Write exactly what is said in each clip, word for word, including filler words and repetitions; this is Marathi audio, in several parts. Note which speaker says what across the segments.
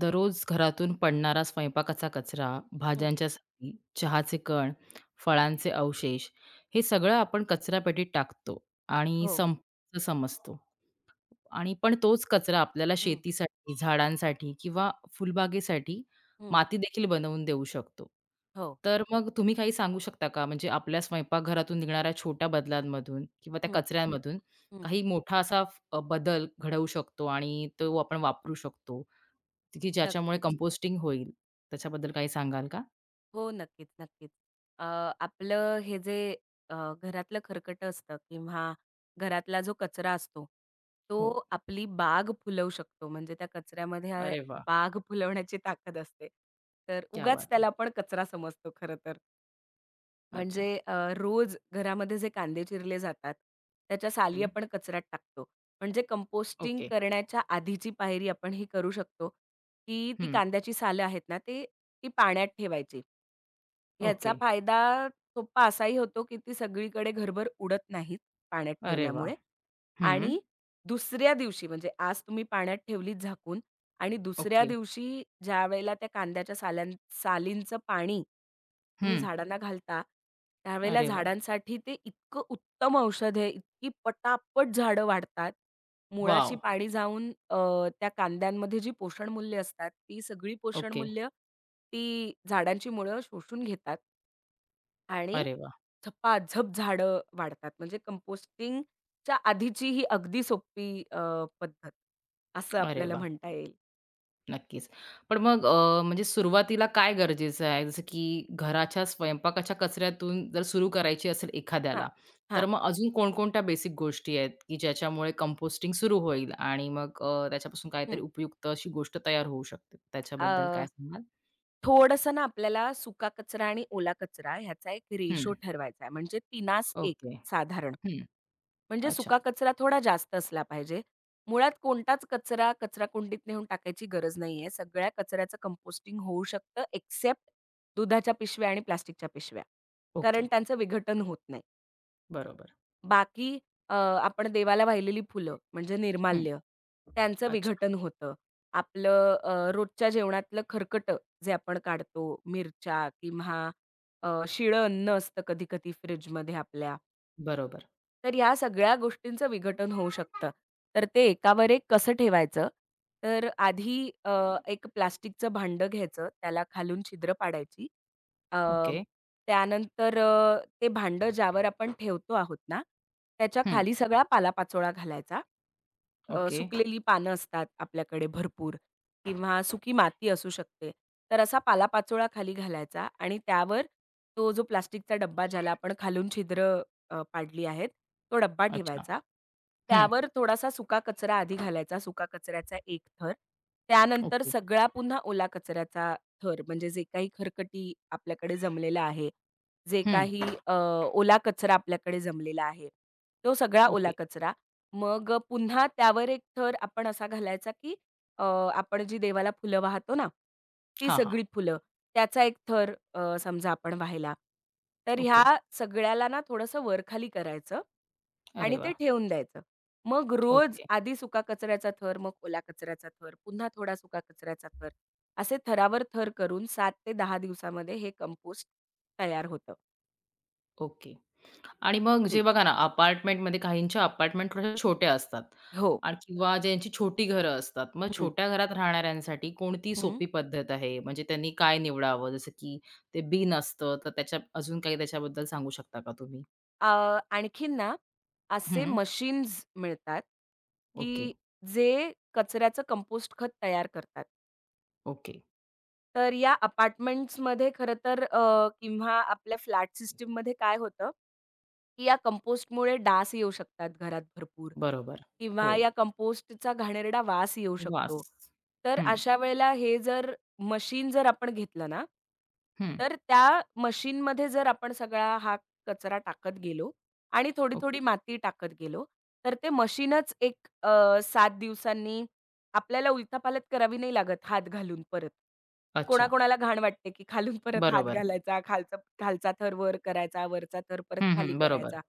Speaker 1: दररोज घरातून पडणारा स्वयंपाकाचा कचरा,
Speaker 2: हं,
Speaker 1: भाज्यांच्या साली, चहाचे कण, फळांचे अवशेष हे सगळं आपण कचरापेटीत टाकतो आणि
Speaker 2: हो.
Speaker 1: संपचं समजतो. आणि पण तोच कचरा आपल्याला
Speaker 2: हं,
Speaker 1: शेतीसाठी, झाडांसाठी किंवा फुलबागेसाठी
Speaker 2: हं.
Speaker 1: माती देखील बनवून देऊ शकतो.
Speaker 2: हो.
Speaker 1: तर मग तुम्ही काही सांगू शकता का? म्हणजे आपल्या स्वयंपाकघरातून निघणाऱ्या छोट्या बदलांमधून किंवा त्या
Speaker 2: हं,
Speaker 1: कचऱ्यांमधून
Speaker 2: हं.
Speaker 1: काही मोठा असा फ- अ, बदल घडवू शकतो आणि तो आपण वापरू शकतो, की ज्याच्यामुळे
Speaker 2: नक्कीच.
Speaker 1: कंपोस्टिंग होईल. त्याच्याबद्दल काही सांगाल का?
Speaker 2: हो, नक्कीच, नक्कीच. अ, आपलं हे जे अ, घरातलं खरकटं असतं किंवा घरातला जो कचरा असतो, तो
Speaker 1: हो.
Speaker 2: आपली बाग फुलवू शकतो. म्हणजे त्या कचऱ्यामध्ये आ-
Speaker 1: अरे वाह!
Speaker 2: बाग फुलवण्याची ताकद असते. तर
Speaker 1: क्या
Speaker 2: उगाच
Speaker 1: बात है!
Speaker 2: त्याला आपण कचरा समजतो खरं तर.
Speaker 1: अच्छा.
Speaker 2: म्हणजे अ, रोज घरामध्ये जे कांदे चिरले जातात, त्याच्या साली
Speaker 1: हं.
Speaker 2: आपण कचऱ्यात टाकतो. म्हणजे कंपोस्टिंग
Speaker 1: ओके.
Speaker 2: करण्याच्या आधीची पायरी आपण ही करू शकतो, की ती
Speaker 1: हं.
Speaker 2: कांद्याची सालं आहेत ना, ते ती पाण्यात ठेवायची. ह्याचा
Speaker 1: ओके.
Speaker 2: फायदा सोप्पा असाही होतो, की ती सगळीकडे घरभर उडत नाहीत पाण्यात
Speaker 1: अरे
Speaker 2: ठेवल्यामुळे
Speaker 1: वाह! हं.
Speaker 2: आणि दुसऱ्या दिवशी म्हणजे आज तुम्ही पाण्यात ठेवलीत झाकून, आणि दुसऱ्या
Speaker 1: ओके.
Speaker 2: दिवशी ज्यावेळेला त्या कांद्याच्या साल्यां सालींचं पाणी तुम्ही
Speaker 1: हं.
Speaker 2: झाडांना घालता, त्यावेळेला
Speaker 1: अरे वाह!
Speaker 2: झाडांसाठी ते इतकं उत्तम औषध आहे, इतकी पटापट झाडं वाढतात. मुळाशी
Speaker 1: वॉव!
Speaker 2: पाणी जाऊन अ, त्या कांद्यांमध्ये जी पोषण मूल्य असतात, ती सगळी पोषण
Speaker 1: ओके.
Speaker 2: मूल्य ती झाडांची मुळं शोषून घेतात. आणि
Speaker 1: अरे वाह!
Speaker 2: झपाझप झाडं वाढतात. म्हणजे कंपोस्टिंगच्या आधीची ही अगदी सोपी अ, पद्धत असं
Speaker 1: अरे
Speaker 2: आपल्याला
Speaker 1: वाह!
Speaker 2: म्हणता येईल.
Speaker 1: नक्कीच. पण मग अ, म्हणजे सुरुवातीला काय गरजेचं आहे? जसं की घराच्या स्वयंपाकाच्या कचऱ्यातून जर सुरू करायची असेल
Speaker 2: हां,
Speaker 1: एखाद्याला, तर
Speaker 2: हां.
Speaker 1: मग अजून कोणकोणत्या बेसिक गोष्टी आहेत, की ज्याच्यामुळे कंपोस्टिंग सुरू होईल आणि मग अ, त्याच्यापासून काहीतरी
Speaker 2: हं.
Speaker 1: उपयुक्त अशी गोष्ट तयार होऊ शकते? त्याच्याबद्दल
Speaker 2: अ,
Speaker 1: काय सांगाल?
Speaker 2: थोडंसं ना आपल्याला सुका कचरा आणि ओला कचरा ह्याचा एक
Speaker 1: हं.
Speaker 2: रेशो ठरवायचा आहे. म्हणजे तिनास एक
Speaker 1: ओके.
Speaker 2: साधारण.
Speaker 1: हं.
Speaker 2: म्हणजे सुका
Speaker 1: अच्छा.
Speaker 2: कचरा थोडा जास्त असला पाहिजे. मुळात कोणताच कचरा कचराकुंडीत नेऊन टाकायची गरज नाहीये. सगळ्या कचऱ्याचं कंपोस्टिंग होऊ शकतं एक्सेप्ट दुधाच्या पिशव्या आणि प्लास्टिकच्या पिशव्या.
Speaker 1: ओके.
Speaker 2: कारण त्यांचं विघटन होत नाही.
Speaker 1: बरोबर.
Speaker 2: बाकी अ, आपण देवाला वाहिलेली फुलं म्हणजे
Speaker 1: हं.
Speaker 2: निर्माल्य, त्यांचं
Speaker 1: अच्छा.
Speaker 2: विघटन होतं. आपलं अ, रोजच्या जेवणातलं खरकटं जे आपण काढतो, मिरच्या किंवा अ, शिळं अन्न असतं कधी-कधी फ्रिजमध्ये आपल्या,
Speaker 1: बरोबर.
Speaker 2: तर ह्या सगळ्या गोष्टींचं विघटन होऊ शकतं. तर ते एकावर एक कसं ठेवायचं? तर आधी अ, एक प्लास्टिकचं भांडं घ्यायचं, त्याला खालून छिद्र पाडायची. अ,
Speaker 1: ओके.
Speaker 2: त्यानंतर अ, ते भांडं ज्यावर आपण ठेवतो आहोत ना, त्याच्या
Speaker 1: हं.
Speaker 2: खाली सगळा पालापाचोळा घालायचा. अ,
Speaker 1: ओके.
Speaker 2: सुकलेली पानं असतात आपल्याकडे भरपूर किंवा सुकी माती असू शकते. तर असा पालापाचोळा खाली घालायचा आणि त्यावर तो जो प्लास्टिकचा डब्बा ज्याला आपण खालून छिद्र अ, पाडली आहेत, तो डब्बा
Speaker 1: अच्छा.
Speaker 2: ठेवायचा.
Speaker 1: हं.
Speaker 2: त्यावर थोडासा सुका कचरा आधी घालायचा, सुका कचऱ्याचा एक थर. त्यानंतर
Speaker 1: ओके.
Speaker 2: सगळा पुन्हा ओला कचऱ्याचा थर म्हणजे जे काही खरकटी आपल्याकडे जमलेला आहे, जे
Speaker 1: हं.
Speaker 2: काही अ, ओला कचरा आपल्याकडे जमलेला आहे, तो सगळा ओला
Speaker 1: ओके.
Speaker 2: कचरा. मग अ, पुन्हा त्यावर एक थर आपण असा घालायचा, की अ, आपण जी देवाला फुलं वाहतो ना, ती
Speaker 1: हां, हां.
Speaker 2: सगळी फुलं. त्याचा एक थर अ, समजा आपण वाहिला. तर
Speaker 1: ओके.
Speaker 2: ह्या सगळ्याला ना थोडंसं वरखाली करायचं
Speaker 1: अरे
Speaker 2: आणि
Speaker 1: वा,
Speaker 2: ते ठेवून द्यायचं. मग रोज
Speaker 1: ओके,
Speaker 2: आधी सुका कचऱ्याचा थर, मग ओला कचऱ्याचा थर, पुन्हा थोडा सुका कचऱ्याचा थर, असे थरावर थर करून सात ते दहा दिवसामध्ये हे कंपोस्ट तयार होतं.
Speaker 1: ओके. आणि मग जे
Speaker 2: हं.
Speaker 1: बघा ना, अपार्टमेंटमध्ये काहींच्या अपार्टमेंट थोड्याशा छोट्या असतात
Speaker 2: हो.
Speaker 1: आणि किंवा ज्यांची छोटी घरं असतात. मग
Speaker 2: हं,
Speaker 1: छोट्या घरात राहणाऱ्यांसाठी कोणती
Speaker 2: हं.
Speaker 1: सोपी पद्धत आहे? म्हणजे त्यांनी काय निवडावं? जसं की ते बिन असतं, तर त्याच्या अजून काही त्याच्याबद्दल सांगू शकता का तुम्ही?
Speaker 2: अ, आणखीन ना, असे
Speaker 1: हं.
Speaker 2: मशीन्स मिळतात,
Speaker 1: ओके,
Speaker 2: की जे कचऱ्याचं कंपोस्ट खत तयार करतात.
Speaker 1: ओके.
Speaker 2: तर या अपार्टमेंट्समध्ये खरं तर अ, किंवा आपल्या फ्लॅट सिस्टीममध्ये काय होतं, की या कंपोस्टमुळे डास येऊ शकतात घरात भरपूर
Speaker 1: बरोबर. हो.
Speaker 2: किंवा या कंपोस्टचा घाणेरडा वास येऊ
Speaker 1: वास.
Speaker 2: शकतो. तर
Speaker 1: हं,
Speaker 2: अशा वेळेला हे जर मशीन जर आपण घेतलं ना,
Speaker 1: हं.
Speaker 2: तर त्या मशीनमध्ये जर आपण सगळा हा कचरा टाकत गेलो आणि
Speaker 1: ओके.
Speaker 2: थोडी-थोडी माती टाकत गेलो, तर ते मशीनच एक अ, सात दिवसांनी आपल्याला उलथापालथ करावी नाही लागत हात घालून परत.
Speaker 1: अच्छा.
Speaker 2: कोणाकोणाला घाण वाटते, की खालून परत हात
Speaker 1: बरोबर.
Speaker 2: घालायचा, खालचा खालचा थर वर करायचा, वरचा थर परत
Speaker 1: हं,
Speaker 2: खाली
Speaker 1: हं. बरोबर.
Speaker 2: करायचा.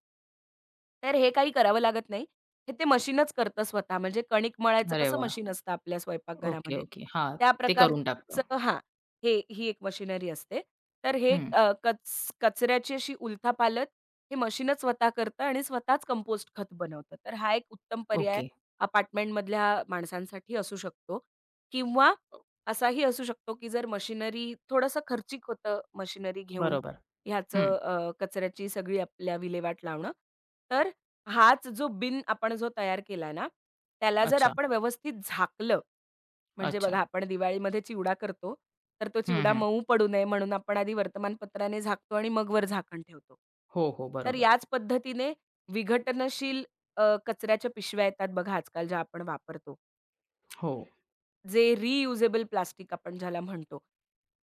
Speaker 2: तर हे काही करावं लागत नाही. हे ते मशीनच करतं स्वतः. म्हणजे कणिक मळायचं
Speaker 1: अरे
Speaker 2: कसं
Speaker 1: वाह!
Speaker 2: मशीन असतं आपल्या
Speaker 1: ओके,
Speaker 2: स्वयंपाकघरामध्ये,
Speaker 1: ओके. हां,
Speaker 2: त्या
Speaker 1: ते करून टाकतं.
Speaker 2: प्रकारचं हां, हे ही एक मशिनरी असते. तर हे
Speaker 1: हं.
Speaker 2: अ, कच कचऱ्याची अशी उलथापालथ हे मशीनच स्वतः करतं आणि स्वतःच कंपोस्ट खत बनवतं. तर हा एक उत्तम पर्याय
Speaker 1: ओके.
Speaker 2: अपार्टमेंटमधल्या माणसांसाठी असू शकतो किंवा असाही असू शकतो, की जर मशिनरी थोडंसं खर्चिक होतं मशिनरी घेऊन
Speaker 1: बरोबर. हं.
Speaker 2: ह्याचं अ, कचऱ्याची सगळी आपल्या विल्हेवाट लावणं. तर हाच जो बिन आपण जो तयार केला ना, त्याला जर
Speaker 1: अच्छा,
Speaker 2: आपण व्यवस्थित झाकलं म्हणजे
Speaker 1: अच्छा.
Speaker 2: बघा आपण दिवाळीमध्ये चिवडा करतो, तर तो
Speaker 1: हं,
Speaker 2: चिवडा
Speaker 1: हं.
Speaker 2: मऊ पडू नये म्हणून आपण आधी वर्तमानपत्राने झाकतो आणि मग वर झाकण ठेवतो.
Speaker 1: हो, हो.
Speaker 2: तर
Speaker 1: बरोबर.
Speaker 2: याच पद्धतीने विघटनशील अ, कचऱ्याच्या पिशव्या येतात बघा आजकाल ज्या आपण वापरतो.
Speaker 1: हो.
Speaker 2: जे रियुजेबल प्लास्टिक आपण ज्याला म्हणतो.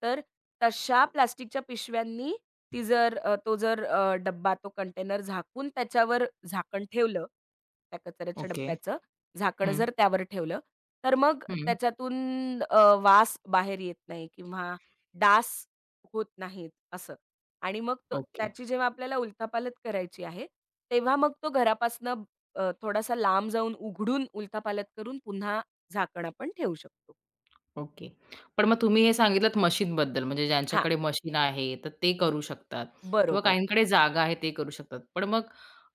Speaker 2: तर तशा प्लास्टिकच्या पिशव्यांनी ती जर अ, तो जर अ, डब्बा, तो कंटेनर झाकून त्याच्यावर झाकण ठेवलं, त्या कचऱ्याच्या
Speaker 1: ओके.
Speaker 2: डब्याचं झाकण
Speaker 1: हं,
Speaker 2: जर त्यावर ठेवलं, तर मग
Speaker 1: हं.
Speaker 2: त्याच्यातून अ, वास बाहेर येत नाही किंवा डास होत नाहीत असं. आणि मग तो
Speaker 1: ओके,
Speaker 2: त्याची जेव्हा आपल्याला उलथापालथ करायची आहे, तेव्हा मग तो घरापासनं अ, थोडासा लांब जाऊन उघडून उलथापालथ करून पुन्हा झाकण आपण ठेवू शकतो.
Speaker 1: ओके. पण मग तुम्ही हे सांगितलत मशीनबद्दल म्हणजे
Speaker 2: हां,
Speaker 1: ज्यांच्याकडे मशीन आहे, तर ते करू शकतात किंवा
Speaker 2: बरोबर.
Speaker 1: काहींकडे जागा आहे ते करू शकतात. पण मग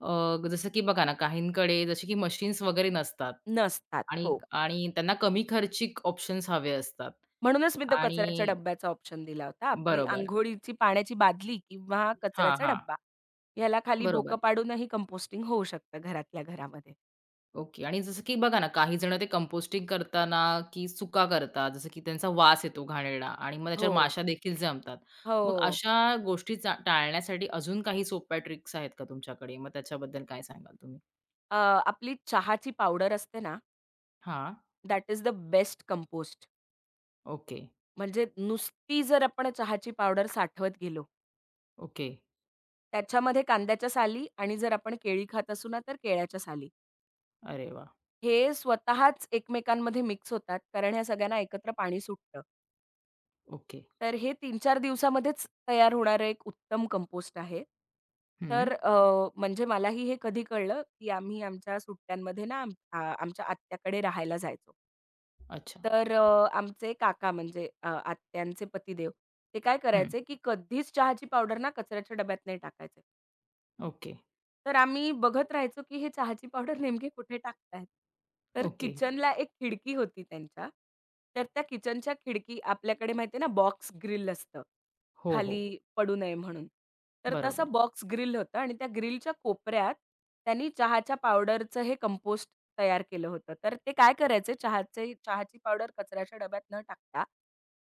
Speaker 1: अ, जसं की बघा ना, काहींकडे जसे की मशीन्स वगैरे नसतात
Speaker 2: नसतात.
Speaker 1: आणि
Speaker 2: हो.
Speaker 1: आणि त्यांना कमी खर्चिक ऑप्शन्स हवे असतात
Speaker 2: म्हणूनच मी तो कचऱ्याच्या
Speaker 1: आणि
Speaker 2: डब्याचा ऑप्शन दिला होता. आपली
Speaker 1: बरोबर.
Speaker 2: अंघोळीची पाण्याची बादली किंवा
Speaker 1: हां,
Speaker 2: कचऱ्याचा
Speaker 1: हां.
Speaker 2: डब्बा ह्याला खाली भोकं
Speaker 1: बरोबर.
Speaker 2: पाडूनही कंपोस्टिंग होऊ शकतं घरातल्या घरामध्ये.
Speaker 1: ओके. आणि जसं की बघा ना, काही जण ते कंपोस्टिंग करताना की सुका करतात, जसं की त्यांचा वास येतो घाणेरडा आणि मग त्याच्यावर
Speaker 2: हो,
Speaker 1: माशा देखील जमतात. मग
Speaker 2: हो.
Speaker 1: अशा गोष्टी चा टाळण्यासाठी अजून काही सोप्या ट्रिक्स आहेत का तुमच्याकडे? मग त्याच्याबद्दल काय सांगाल तुम्ही?
Speaker 2: अ, आपली चहाची पावडर असते ना,
Speaker 1: हां.
Speaker 2: That is the best compost.
Speaker 1: Okay,
Speaker 2: म्हणजे नुसती जर आपण चहाची पावडर साठवत गेलो,
Speaker 1: ओके.
Speaker 2: त्याच्यामध्ये कांद्याच्या साली आणि जर आपण केळी खात असू ना, तर केळ्याच्या साली.
Speaker 1: अरे वाह!
Speaker 2: हे स्वतःच एकमेकांमध्ये मिक्स होतात, कारण ह्या सगळ्यांना एकत्र पाणी सुटतं.
Speaker 1: ओके.
Speaker 2: तर हे तीन चार दिवसामध्येच तयार होणारं एक उत्तम कंपोस्ट आहे.
Speaker 1: हं.
Speaker 2: तर अ, म्हणजे मलाही हे कधी कळलं, की आम्ही आमच्या सुट्ट्यांमध्ये ना आम आ आमच्या आत्याकडे राहायला जायचो.
Speaker 1: अच्छा.
Speaker 2: तर अ, आमचे काका म्हणजे अ, आत्यांचे पतिदेव, ते काय
Speaker 1: हं.
Speaker 2: करायचे, की कधीच चहाची पावडर ना कचऱ्याच्या डब्यात नाही टाकायचे.
Speaker 1: ओके,
Speaker 2: तर आम्ही बघत राहायचो, की हे चहाची पावडर नेमकी कुठे टाकतायत. तर
Speaker 1: ओके.
Speaker 2: किचनला एक खिडकी होती त्यांच्या. तर त्या किचनच्या खिडकी आपल्याकडे माहिती आहे ना बॉक्स ग्रिल असतं,
Speaker 1: हो, हो.
Speaker 2: खाली पडू नये म्हणून. तर
Speaker 1: बरोबर.
Speaker 2: तसं बॉक्स ग्रिल होतं आणि त्या ग्रिलच्या कोपऱ्यात त्यांनी चहाच्या पावडरचं हे कंपोस्ट तयार केलं होतं. तर ते काय करायचे चहाचे चहाची पावडर कचऱ्याच्या डब्यात न टाकता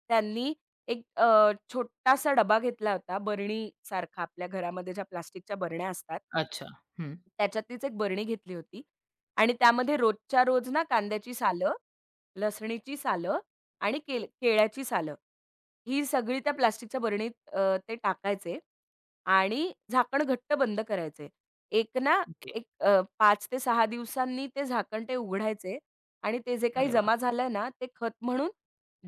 Speaker 2: त्यांनी एक अ, छोटासा डबा घेतला होता बरणीसारखा आपल्या घरामध्ये ज्या प्लास्टिकच्या बरण्या असतात.
Speaker 1: अच्छा. हं.
Speaker 2: त्याच्यातलीच एक बरणी घेतली होती आणि त्यामध्ये रोजच्या रोज ना कांद्याची सालं, लसणीची सालं आणि केल केळ्याची सालं ही सगळी त्या प्लास्टिकच्या बरणीत अ, ते टाकायचे आणि झाकण घट्ट बंद करायचे. एक ना
Speaker 1: ओके.
Speaker 2: एक अ, पाच ते सहा दिवसांनी ते झाकण ते उघडायचे आणि ते जे काही
Speaker 1: अरे वाह!
Speaker 2: जमा झालंय ना, ते खत म्हणून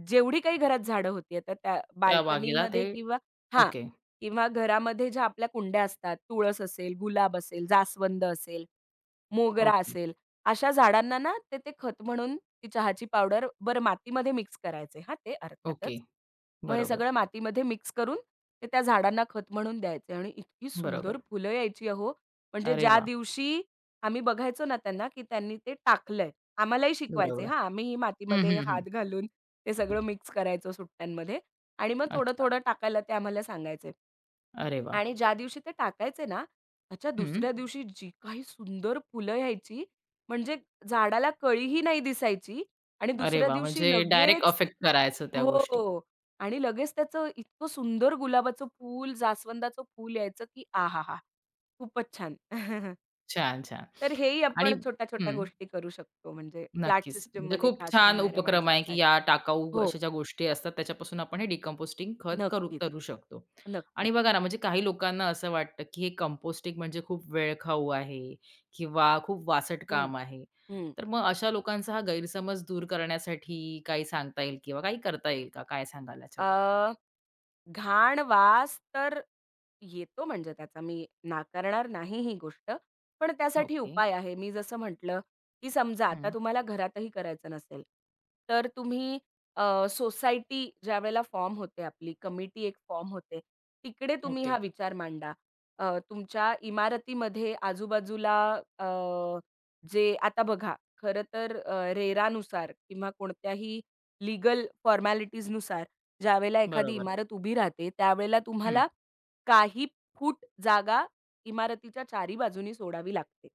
Speaker 2: जेवढी काही घरात झाडं होती आता त्या
Speaker 1: त्या बागेला ते
Speaker 2: बाल्कनीमध्ये किंवा हां,
Speaker 1: ओके,
Speaker 2: किंवा घरामध्ये ज्या आपल्या कुंड्या असतात, तुळस असेल, गुलाब असेल, जास्वंद असेल, मोगरा
Speaker 1: ओके,
Speaker 2: असेल, अशा झाडांना ना ते ते खत म्हणून ती चहाची पावडर बरं मातीमध्ये मिक्स करायचे हां, ते अर्थातच.
Speaker 1: ओके.
Speaker 2: मग हे
Speaker 1: बरोबर,
Speaker 2: सगळं मातीमध्ये मिक्स करून ते त्या झाडांना खत म्हणून द्यायचे आणि इतकी सुंदर
Speaker 1: बरोबर.
Speaker 2: फुलं यायची अहो. म्हणजे
Speaker 1: अरे
Speaker 2: ज्या
Speaker 1: वाह!
Speaker 2: दिवशी आम्ही बघायचो ना त्यांना, की त्यांनी ते टाकलंय. आम्हालाही शिकवायचे
Speaker 1: बरोबर.
Speaker 2: हां, आम्हीही
Speaker 1: हं,
Speaker 2: मातीमध्ये
Speaker 1: हं, हं.
Speaker 2: हात घालून ते सगळं मिक्स करायचो सुट्ट्यांमध्ये आणि मग
Speaker 1: अच्छा.
Speaker 2: थोडं-थोडं टाकायला ते आम्हाला सांगायचे.
Speaker 1: अरे वाह!
Speaker 2: आणि ज्या दिवशी ते टाकायचे ना, त्याच्या
Speaker 1: हं.
Speaker 2: दुसऱ्या दिवशी जी काही सुंदर फुलं यायची, म्हणजे झाडाला कळीही नाही दिसायची आणि
Speaker 1: अरे
Speaker 2: दुसऱ्या
Speaker 1: वाह!
Speaker 2: दिवशी
Speaker 1: म्हणजे डायरेक्ट
Speaker 2: लगेच ती
Speaker 1: अफेक्ट करायचं त्या गोष्टी.
Speaker 2: हो. आणि लगेच त्याचं इतकं सुंदर गुलाबाचं फूल, जास्वंदाचं फूल यायचं, की आहाहा! खूपच छान.
Speaker 1: छान, छान.
Speaker 2: तर हेही
Speaker 1: आणि
Speaker 2: आपण छोट्या-छोट्या
Speaker 1: हं.
Speaker 2: गोष्टी करू शकतो, म्हणजे फ्लॅट
Speaker 1: नक्कीच. म्हणजे
Speaker 2: सिस्टममध्ये
Speaker 1: खूप
Speaker 2: खास
Speaker 1: छान
Speaker 2: राहणाऱ्या
Speaker 1: उपक्रम आहे, की
Speaker 2: माणसांसाठी.
Speaker 1: या टाकाऊ
Speaker 2: हो,
Speaker 1: अशा ज्या गोष्टी असतात त्याच्यापासून आपण हे डिकंपोस्टिंग खत करू
Speaker 2: नक्कीच.
Speaker 1: करू शकतो. आणि
Speaker 2: नक्कीच.
Speaker 1: बघा ना, म्हणजे काही लोकांना असं वाटतं, की हे कंपोस्टिंग म्हणजे खूप वेळखाऊ आहे किंवा खूप वासट
Speaker 2: हं,
Speaker 1: काम आहे.
Speaker 2: हं.
Speaker 1: तर मग अशा लोकांचा हा गैरसमज दूर करण्यासाठी काही सांगता येईल किंवा काही करता येईल का? काय सांगाल याच्याबद्दल?
Speaker 2: अ, घाण वास तर येतो म्हणजे त्याचा मी नाकारणार नाही ही गोष्ट. पण त्यासाठी
Speaker 1: ओके.
Speaker 2: उपाय आहे. मी जसं म्हटलं, की समजा आता
Speaker 1: हं.
Speaker 2: तुम्हाला घरातही करायचं नसेल, तर तुम्ही अ, सोसायटी ज्यावेळेला फॉर्म होते आपली कमिटी एक फॉर्म होते. तिकडे तुम्ही
Speaker 1: ओके.
Speaker 2: हा विचार मांडा. अ, तुमच्या इमारतीमध्ये आजूबाजूला अ, जे आता बघा खरं तर अ, रेरानुसार किंवा कोणत्याही लीगल फॉर्मॅलिटीजनुसार ज्यावेळेला एखादी
Speaker 1: बरोबर.
Speaker 2: इमारत उभी राहते, त्यावेळेला
Speaker 1: हं.
Speaker 2: तुम्हाला काही फूट जागा इमारतीच्या चारी बाजूनी सोडावी लागते.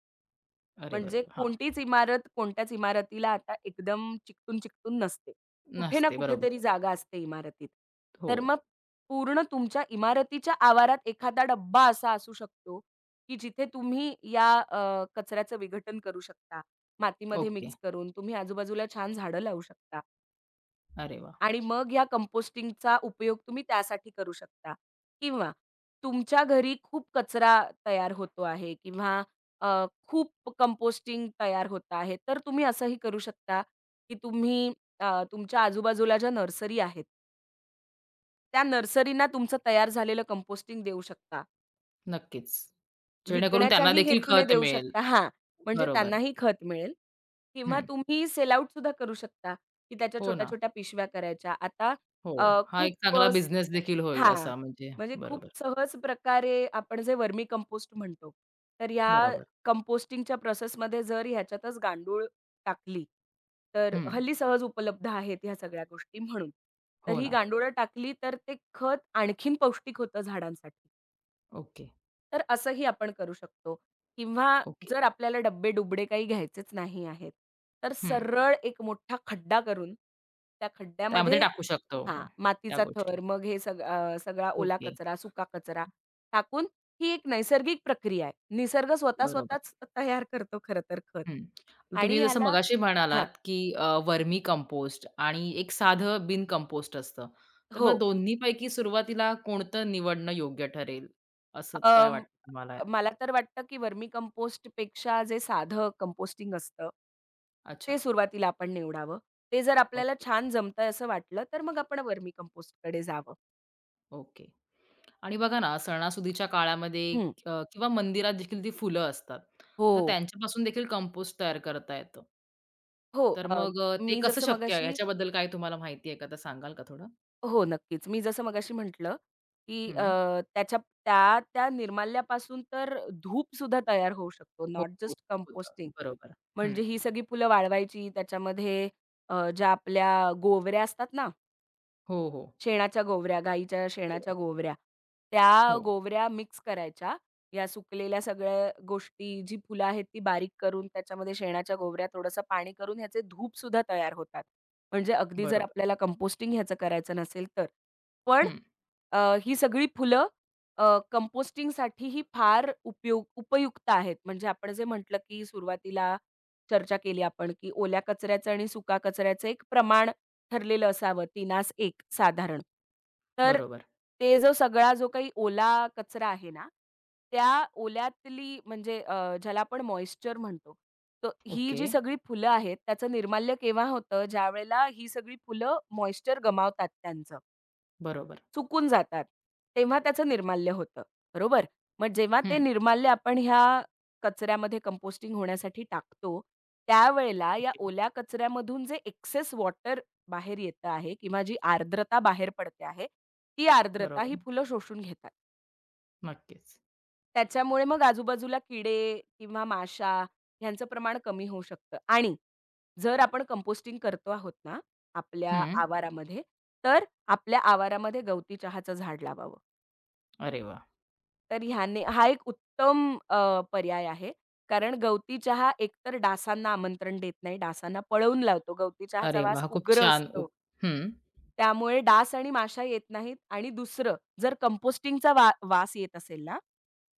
Speaker 1: अरे
Speaker 2: म्हणजे
Speaker 1: बरोबर. हां.
Speaker 2: कोणतीच इमारत कोणत्याच इमारतीला आता एकदम चिकटून-चिकटून नसते. कुठे ना
Speaker 1: नसते. बरोबर.
Speaker 2: कुठेतरी जागा असते इमारतीत.
Speaker 1: हो.
Speaker 2: तर मग पूर्ण तुमच्या इमारतीच्या आवारात एखादा डब्बा असा असू शकतो, की जिथे तुम्ही या अ, कचऱ्याचं विघटन करू शकता. मातीमध्ये
Speaker 1: ओके.
Speaker 2: मिक्स करून तुम्ही आजूबाजूला छान झाडं लावू शकता.
Speaker 1: अरे वाह!
Speaker 2: आणि मग ह्या कंपोस्टिंगचा उपयोग तुम्ही त्यासाठी करू शकता. किंवा तुमच्या घरी खूप कचरा तयार होतो आहे किंवा अ, खूप कंपोस्टिंग तयार होत आहे. तर तुम्ही असंही करू शकता, की तुम्ही अ, तुमच्या आजूबाजूला ज्या नर्सरी आहेत, त्या नर्सरींना तुमचं तयार झालेलं कंपोस्टिंग देऊ शकता.
Speaker 1: नक्कीच. जेणेकरून त्यांना
Speaker 2: विकण्याच्याही
Speaker 1: देखील
Speaker 2: हेतूने
Speaker 1: खत
Speaker 2: देऊ
Speaker 1: मिळेल.
Speaker 2: शकता हां, म्हणजे
Speaker 1: बरोबर.
Speaker 2: त्यांनाही खत मिळेल. किंवा
Speaker 1: हं.
Speaker 2: तुम्ही सेल आउट सुद्धा करू शकता, की त्याच्या
Speaker 1: हो ना.
Speaker 2: छोट्या-छोट्या पिशव्या करायच्या. आता
Speaker 1: हो.
Speaker 2: अ,
Speaker 1: हा एक
Speaker 2: खूप
Speaker 1: चांगला बिझनेस देखील होईल
Speaker 2: हां,
Speaker 1: असा म्हणजे
Speaker 2: म्हणजे खूप
Speaker 1: बरोबर,
Speaker 2: सहज प्रकारे आपण जे वर्मी कंपोस्ट म्हणतो, तर या
Speaker 1: बरोबर.
Speaker 2: कंपोस्टिंगच्या प्रोसेसमध्ये जर ह्याच्यातच गांडूळ टाकली, तर
Speaker 1: हं.
Speaker 2: हल्ली सहज उपलब्ध आहेत ह्या सगळ्या गोष्टी म्हणून. तर
Speaker 1: हो
Speaker 2: ही
Speaker 1: ना.
Speaker 2: गांडूळं टाकली तर ते खत आणखीन पौष्टिक होतं झाडांसाठी.
Speaker 1: ओके,
Speaker 2: तर असंही आपण करू शकतो किंवा
Speaker 1: ओके.
Speaker 2: जर आपल्याला डब्बे-डुबडे काही घ्यायचेच नाही आहेत, तर
Speaker 1: हं.
Speaker 2: सरळ एक मोठा खड्डा करून त्या
Speaker 1: त्यामध्ये
Speaker 2: खड्ड्यामध्ये
Speaker 1: टाकू शकतो
Speaker 2: हां,
Speaker 1: आपण त्या
Speaker 2: मातीचा थर,
Speaker 1: गोष्टी.
Speaker 2: मग हे सग अ, सगळा ओला
Speaker 1: ओके.
Speaker 2: कचरा, सुका कचरा टाकून ही एक नैसर्गिक प्रक्रिया आहे. निसर्ग स्वतः
Speaker 1: बरोबर.
Speaker 2: स्वतःच तयार करतो खरं तर खत
Speaker 1: हं. मग
Speaker 2: आणि
Speaker 1: तुम्ही जसं
Speaker 2: ह्याला
Speaker 1: मगाशी
Speaker 2: हां,
Speaker 1: म्हणालात, की वर्मी कंपोस्ट आणि एक साधं बिन कंपोस्ट असतं. तर मग
Speaker 2: हो.
Speaker 1: दोन्हीपैकी सुरुवातीला कोणतं निवडणं योग्य ठरेल, असं काय
Speaker 2: अं,
Speaker 1: वाटतं तुम्हाला?
Speaker 2: मला तर वाटतं, की वर्मी कंपोस्ट पेक्षा जे साधं कंपोस्टिंग असतं,
Speaker 1: अच्छा.
Speaker 2: ते सुरुवातीला आपण निवडावं. ते जर आपल्याला
Speaker 1: ओके,
Speaker 2: छान जमतंय असं वाटलं, तर मग आपण वर्मी कंपोस्टकडे जावं.
Speaker 1: ओके. आणि बघा ना, सणासुदीच्या काळामध्ये
Speaker 2: हं.
Speaker 1: अ, किंवा मंदिरात देखील ती फुलं असतात.
Speaker 2: हो,
Speaker 1: तर त्यांच्यापासून देखील कंपोस्ट तयार करता येतं.
Speaker 2: हो.
Speaker 1: तर
Speaker 2: अ,
Speaker 1: मग अ, ते
Speaker 2: मी
Speaker 1: कसं
Speaker 2: जसं
Speaker 1: शक्य आहे?
Speaker 2: मगाशी
Speaker 1: ह्याच्याबद्दल काय तुम्हाला माहिती आहे का? तर सांगाल का थोडं?
Speaker 2: हो, नक्कीच. मी जसं मगाशी म्हटलं, की अ,
Speaker 1: हं.
Speaker 2: त्याच्या त्या, त्या निर्माल्यापासून तर धूपसुद्धा तयार होऊ शकतो,
Speaker 1: हो,
Speaker 2: नॉट
Speaker 1: हो.
Speaker 2: Just composting.
Speaker 1: होतं. बरोबर. हं.
Speaker 2: म्हणजे ही सगळी फुलं वाळवायची, त्याच्यामध्ये अ, ज्या आपल्या गोवऱ्या असतात ना
Speaker 1: हो, हो.
Speaker 2: शेणाच्या गोवऱ्या, गाईच्या
Speaker 1: हो.
Speaker 2: शेणाच्या गोवऱ्या.
Speaker 1: हो,
Speaker 2: त्या गोवऱ्या मिक्स करायच्या. या सुकलेल्या सगळ्या गोष्टी, जी फुलं आहेत ती बारीक करून त्याच्यामध्ये शेणाच्या गोवऱ्या, थोडंसं पाणी करून ह्याचे धूपसुद्धा तयार होतात. म्हणजे अगदी जर
Speaker 1: बरोबर.
Speaker 2: आपल्याला कंपोस्टिंग ह्याचं करायचं नसेल तर. पण
Speaker 1: हं,
Speaker 2: अ, ही सगळी फुलं अ, कंपोस्टिंगसाठीही फार उपयोग उपयुक्त आहेत. म्हणजे आपण जे म्हटलं, की सुरुवातीला चर्चा केली आपण, की ओल्या कचऱ्याचं आणि सुका कचऱ्याचं एक प्रमाण ठरलेलं असावं तिनास एक साधारण. तर
Speaker 1: बरोबर.
Speaker 2: ते जो सगळा जो काही ओला कचरा आहे ना, त्या ओल्यातली म्हणजे अ, ज्याला आपण मॉइश्चर म्हणतो, तर ही
Speaker 1: ओके,
Speaker 2: जी सगळी फुलं आहेत त्याचं निर्माल्य केव्हा होतं, ज्यावेळेला ही सगळी फुलं मॉइश्चर गमावतात त्यांचं.
Speaker 1: बरोबर.
Speaker 2: चुकून जातात, तेव्हा त्याचं निर्माल्य होतं, बरोबर? मग जेव्हा ते
Speaker 1: हं,
Speaker 2: निर्माल्य आपण ह्या कचऱ्यामध्ये कंपोस्टिंग होण्यासाठी टाकतो, त्यावेळेला या
Speaker 1: ओके,
Speaker 2: ओल्या कचऱ्यामधून जे एक्सेस वॉटर बाहेर येतं आहे किंवा जी आर्द्रता बाहेर पडते आहे, ती आर्द्रता ही
Speaker 1: बरोबर.
Speaker 2: फुलं शोषून घेतात.
Speaker 1: नक्कीच.
Speaker 2: त्याच्यामुळे मग आजूबाजूला किडे किंवा माशा ह्यांचं प्रमाण कमी होऊ शकतं आणि जर आपण कंपोस्टिंग करतो आहोत ना आपल्या
Speaker 1: हं.
Speaker 2: आवारामध्ये, तर आपल्या आवारामध्ये गवती चहाचं झाड लावावं.
Speaker 1: अरे वा,
Speaker 2: तर ह्याने हा एक उत्तम अ, पर्याय आहे. कारण गवती चहा एकतर डासांना आमंत्रण देत नाही, डासांना पळवून लावतो. गवती चहाचा
Speaker 1: अरे
Speaker 2: वास
Speaker 1: वाह! खूप
Speaker 2: उग्र
Speaker 1: छान
Speaker 2: असतो.
Speaker 1: उप हं,
Speaker 2: त्यामुळे डास आणि माशा येत नाहीत आणि दुसरं जर कंपोस्टिंगचा वा वास येत असेल ना,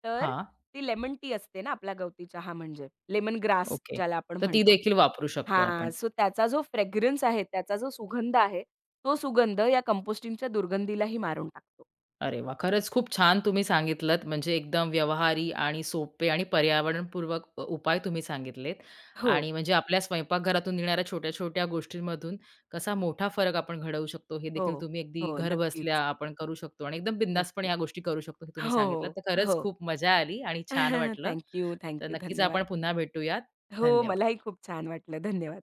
Speaker 2: तर
Speaker 1: हां,
Speaker 2: ती लेमन टी असते ना आपला गवती चहा म्हणजे लेमन ग्रास
Speaker 1: ओके.
Speaker 2: ज्याला आपण
Speaker 1: तर ती
Speaker 2: म्हणतो.
Speaker 1: देखील वापरू शकतो
Speaker 2: हां,
Speaker 1: आपण.
Speaker 2: सो त्याचा जो फ्रेग्रन्स आहे, त्याचा जो सुगंध आहे, तो सुगंध या कंपोस्टिंगच्या दुर्गंधीलाही मारून टाकतो.
Speaker 1: अरे वा, खरंच खूप छान तुम्ही सांगितलत. म्हणजे एकदम व्यवहारी आणि सोपे आणि पर्यावरणपूर्वक अ, उपाय तुम्ही सांगितलेत.
Speaker 2: हो,
Speaker 1: आणि म्हणजे आपल्या स्वयंपाकघरातून येणाऱ्या छोट्या-छोट्या गोष्टींमधून कसा मोठा फरक आपण घडवू शकतो, हे
Speaker 2: हो,
Speaker 1: देखील तुम्ही अगदी
Speaker 2: हो.
Speaker 1: घरबसल्या
Speaker 2: नक्कीच.
Speaker 1: आपण करू शकतो आणि एकदम बिंदासपणे
Speaker 2: नक्कीच.
Speaker 1: ह्या गोष्टी करू शकतो, हे तुम्ही
Speaker 2: हो,
Speaker 1: सांगितलं. तर खरंच
Speaker 2: हो.
Speaker 1: खूप मजा आली आणि छान वाटलं.
Speaker 2: थँक यू,
Speaker 1: तर
Speaker 2: थँक यू.
Speaker 1: नक्कीच आपण
Speaker 2: धन्यवाद.
Speaker 1: पुन्हा भेटूयात.
Speaker 2: हो,
Speaker 1: धन्यवाद.
Speaker 2: मलाही खूप छान वाटलं. धन्यवाद.